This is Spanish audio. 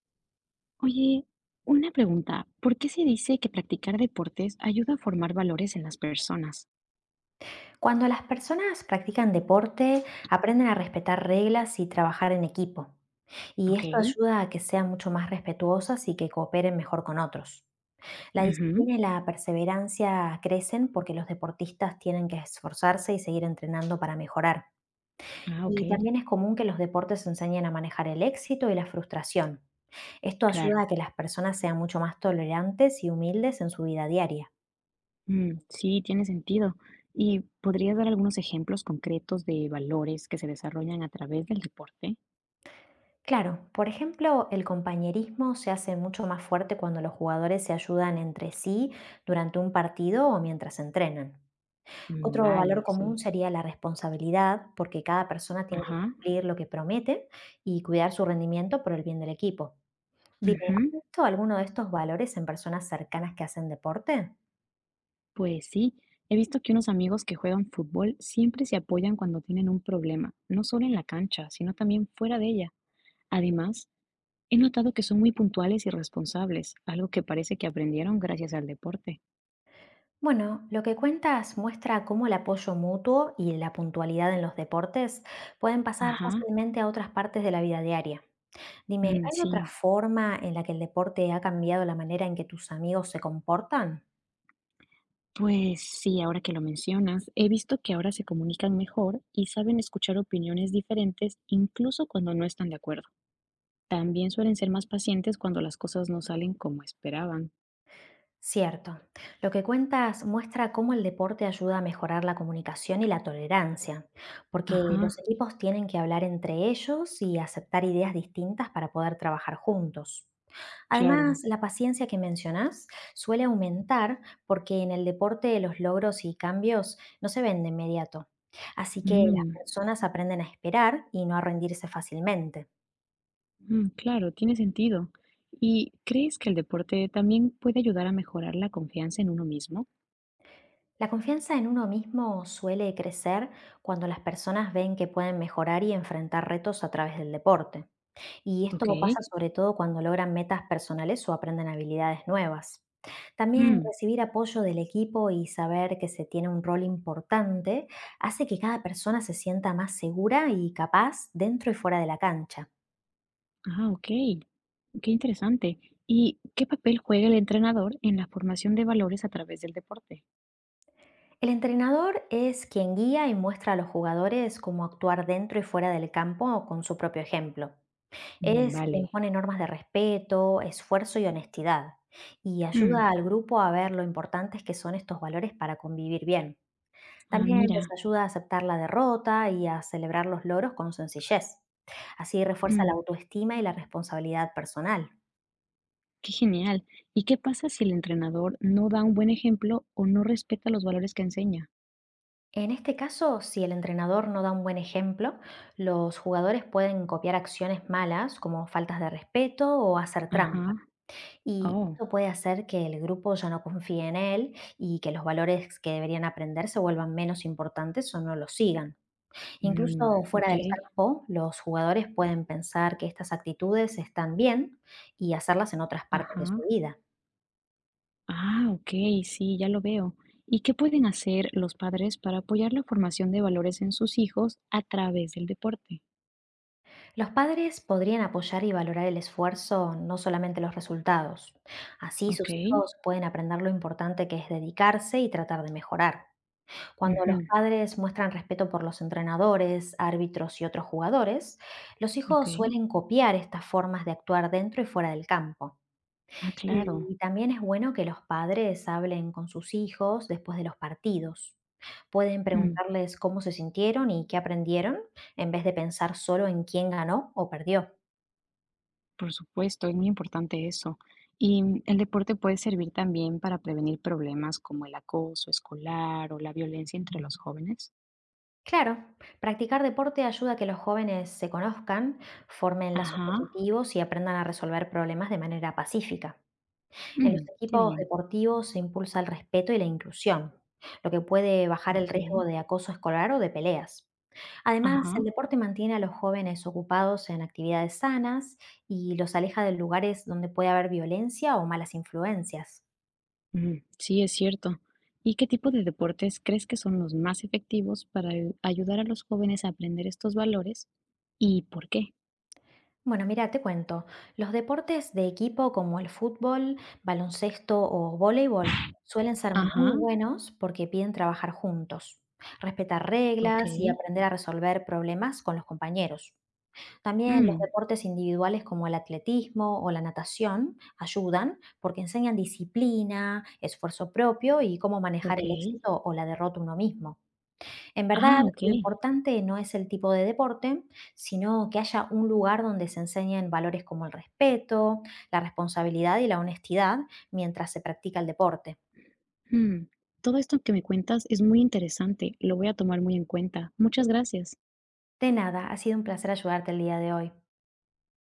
Oye, una pregunta, ¿por qué se dice que practicar deportes ayuda a formar valores en las personas? Cuando las personas practican deporte, aprenden a respetar reglas y trabajar en equipo. Y Ok. esto ayuda a que sean mucho más respetuosas y que cooperen mejor con otros. La Ujú. disciplina y la perseverancia crecen porque los deportistas tienen que esforzarse y seguir entrenando para mejorar. Ah, ok, Y también es común que los deportes enseñen a manejar el éxito y la frustración. Esto ayuda a claro. que las personas sean mucho más tolerantes y humildes en su vida diaria. Sí, tiene sentido. ¿Y podrías dar algunos ejemplos concretos de valores que se desarrollan a través del deporte? Claro, por ejemplo, el compañerismo se hace mucho más fuerte cuando los jugadores se ayudan entre sí durante un partido o mientras entrenan. Mm, Otro valor vale, sí. común sería la responsabilidad, porque cada persona tiene que Ajá. cumplir lo que promete y cuidar su rendimiento por el bien del equipo. Dime, ¿has Ujú. visto alguno de estos valores en personas cercanas que hacen deporte? Pues sí, he visto que unos amigos que juegan fútbol siempre se apoyan cuando tienen un problema, no solo en la cancha, sino también fuera de ella. Además, he notado que son muy puntuales y responsables, algo que parece que aprendieron gracias al deporte. Bueno, lo que cuentas muestra cómo el apoyo mutuo y la puntualidad en los deportes pueden pasar Ajá, fácilmente a otras partes de la vida diaria. Dime, ¿hay otra sí. forma en la que el deporte ha cambiado la manera en que tus amigos se comportan? Pues sí, ahora que lo mencionas, he visto que ahora se comunican mejor y saben escuchar opiniones diferentes incluso cuando no están de acuerdo. También suelen ser más pacientes cuando las cosas no salen como esperaban. Cierto. Lo que cuentas muestra cómo el deporte ayuda a mejorar la comunicación y la tolerancia, porque los Ajá, equipos tienen que hablar entre ellos y aceptar ideas distintas para poder trabajar juntos. claro. Además, la paciencia que mencionas suele aumentar porque en el deporte los logros y cambios no se ven de inmediato. Así que las Mm, personas aprenden a esperar y no a rendirse fácilmente. Claro, tiene sentido. ¿Y crees que el deporte también puede ayudar a mejorar la confianza en uno mismo? La confianza en uno mismo suele crecer cuando las personas ven que pueden mejorar y enfrentar retos a través del deporte. Y esto Ok. pasa sobre todo cuando logran metas personales o aprenden habilidades nuevas. También Mm, recibir apoyo del equipo y saber que se tiene un rol importante hace que cada persona se sienta más segura y capaz dentro y fuera de la cancha. ah, ok. Qué interesante. ¿Y qué papel juega el entrenador en la formación de valores a través del deporte? El entrenador es quien guía y muestra a los jugadores cómo actuar dentro y fuera del campo con su propio ejemplo. Mm, Es quien vale. pone normas de respeto, esfuerzo y honestidad, y Mm. ayuda al grupo a ver lo importantes que son estos valores para convivir bien. Ah, También les mira. ayuda a aceptar la derrota y a celebrar los logros con sencillez. Así refuerza la Mm. autoestima y la responsabilidad personal. Qué genial. ¿Y qué pasa si el entrenador no da un buen ejemplo o no respeta los valores que enseña? En este caso, si el entrenador no da un buen ejemplo, los jugadores pueden copiar acciones malas como faltas de respeto o hacer trampa. Ajá. Y Oh. esto puede hacer que el grupo ya no confíe en él y que los valores que deberían aprender se vuelvan menos importantes o no los sigan. Mm, Incluso fuera ok. del campo, los jugadores pueden pensar que estas actitudes están bien y hacerlas en otras partes de Ajá. su vida. Ah, ok. Sí, ya lo veo. ¿Y qué pueden hacer los padres para apoyar la formación de valores en sus hijos a través del deporte? Los padres podrían apoyar y valorar el esfuerzo, no solamente los resultados. Así Ok. sus hijos pueden aprender lo importante que es dedicarse y tratar de mejorar. Cuando Ujú. los padres muestran respeto por los entrenadores, árbitros y otros jugadores, los Ok. hijos suelen copiar estas formas de actuar dentro y fuera del campo. Ah, claro. Y también es bueno que los padres hablen con sus hijos después de los partidos. Pueden Mm, preguntarles cómo se sintieron y qué aprendieron, en vez de pensar solo en quién ganó o perdió. por supuesto, es muy importante eso. Y el deporte puede servir también para prevenir problemas como el acoso escolar o la violencia entre los jóvenes. Claro, practicar deporte ayuda a que los jóvenes se conozcan, formen lazos Ajá. positivos y aprendan a resolver problemas de manera pacífica. En los Qué equipos bien. deportivos se impulsa el respeto y la inclusión, lo que puede bajar el Ok. riesgo de acoso escolar o de peleas. Además, Ajá. el deporte mantiene a los jóvenes ocupados en actividades sanas y los aleja de lugares donde puede haber violencia o malas influencias. Sí, es cierto. ¿Y qué tipo de deportes crees que son los más efectivos para ayudar a los jóvenes a aprender estos valores y por qué? Bueno, mira, te cuento, los deportes de equipo como el fútbol, baloncesto o voleibol suelen ser muy Ajá. buenos porque piden trabajar juntos, respetar Ok. reglas y aprender a resolver problemas con los compañeros. También los Mm, deportes individuales como el atletismo o la natación ayudan porque enseñan disciplina, esfuerzo propio y cómo manejar ok. el éxito o la derrota uno mismo. En verdad, Ah, ok. lo importante no es el tipo de deporte, sino que haya un lugar donde se enseñen valores como el respeto, la responsabilidad y la honestidad mientras se practica el deporte. Mm, todo esto que me cuentas es muy interesante, lo voy a tomar muy en cuenta. Muchas gracias. De nada, ha sido un placer ayudarte el día de hoy.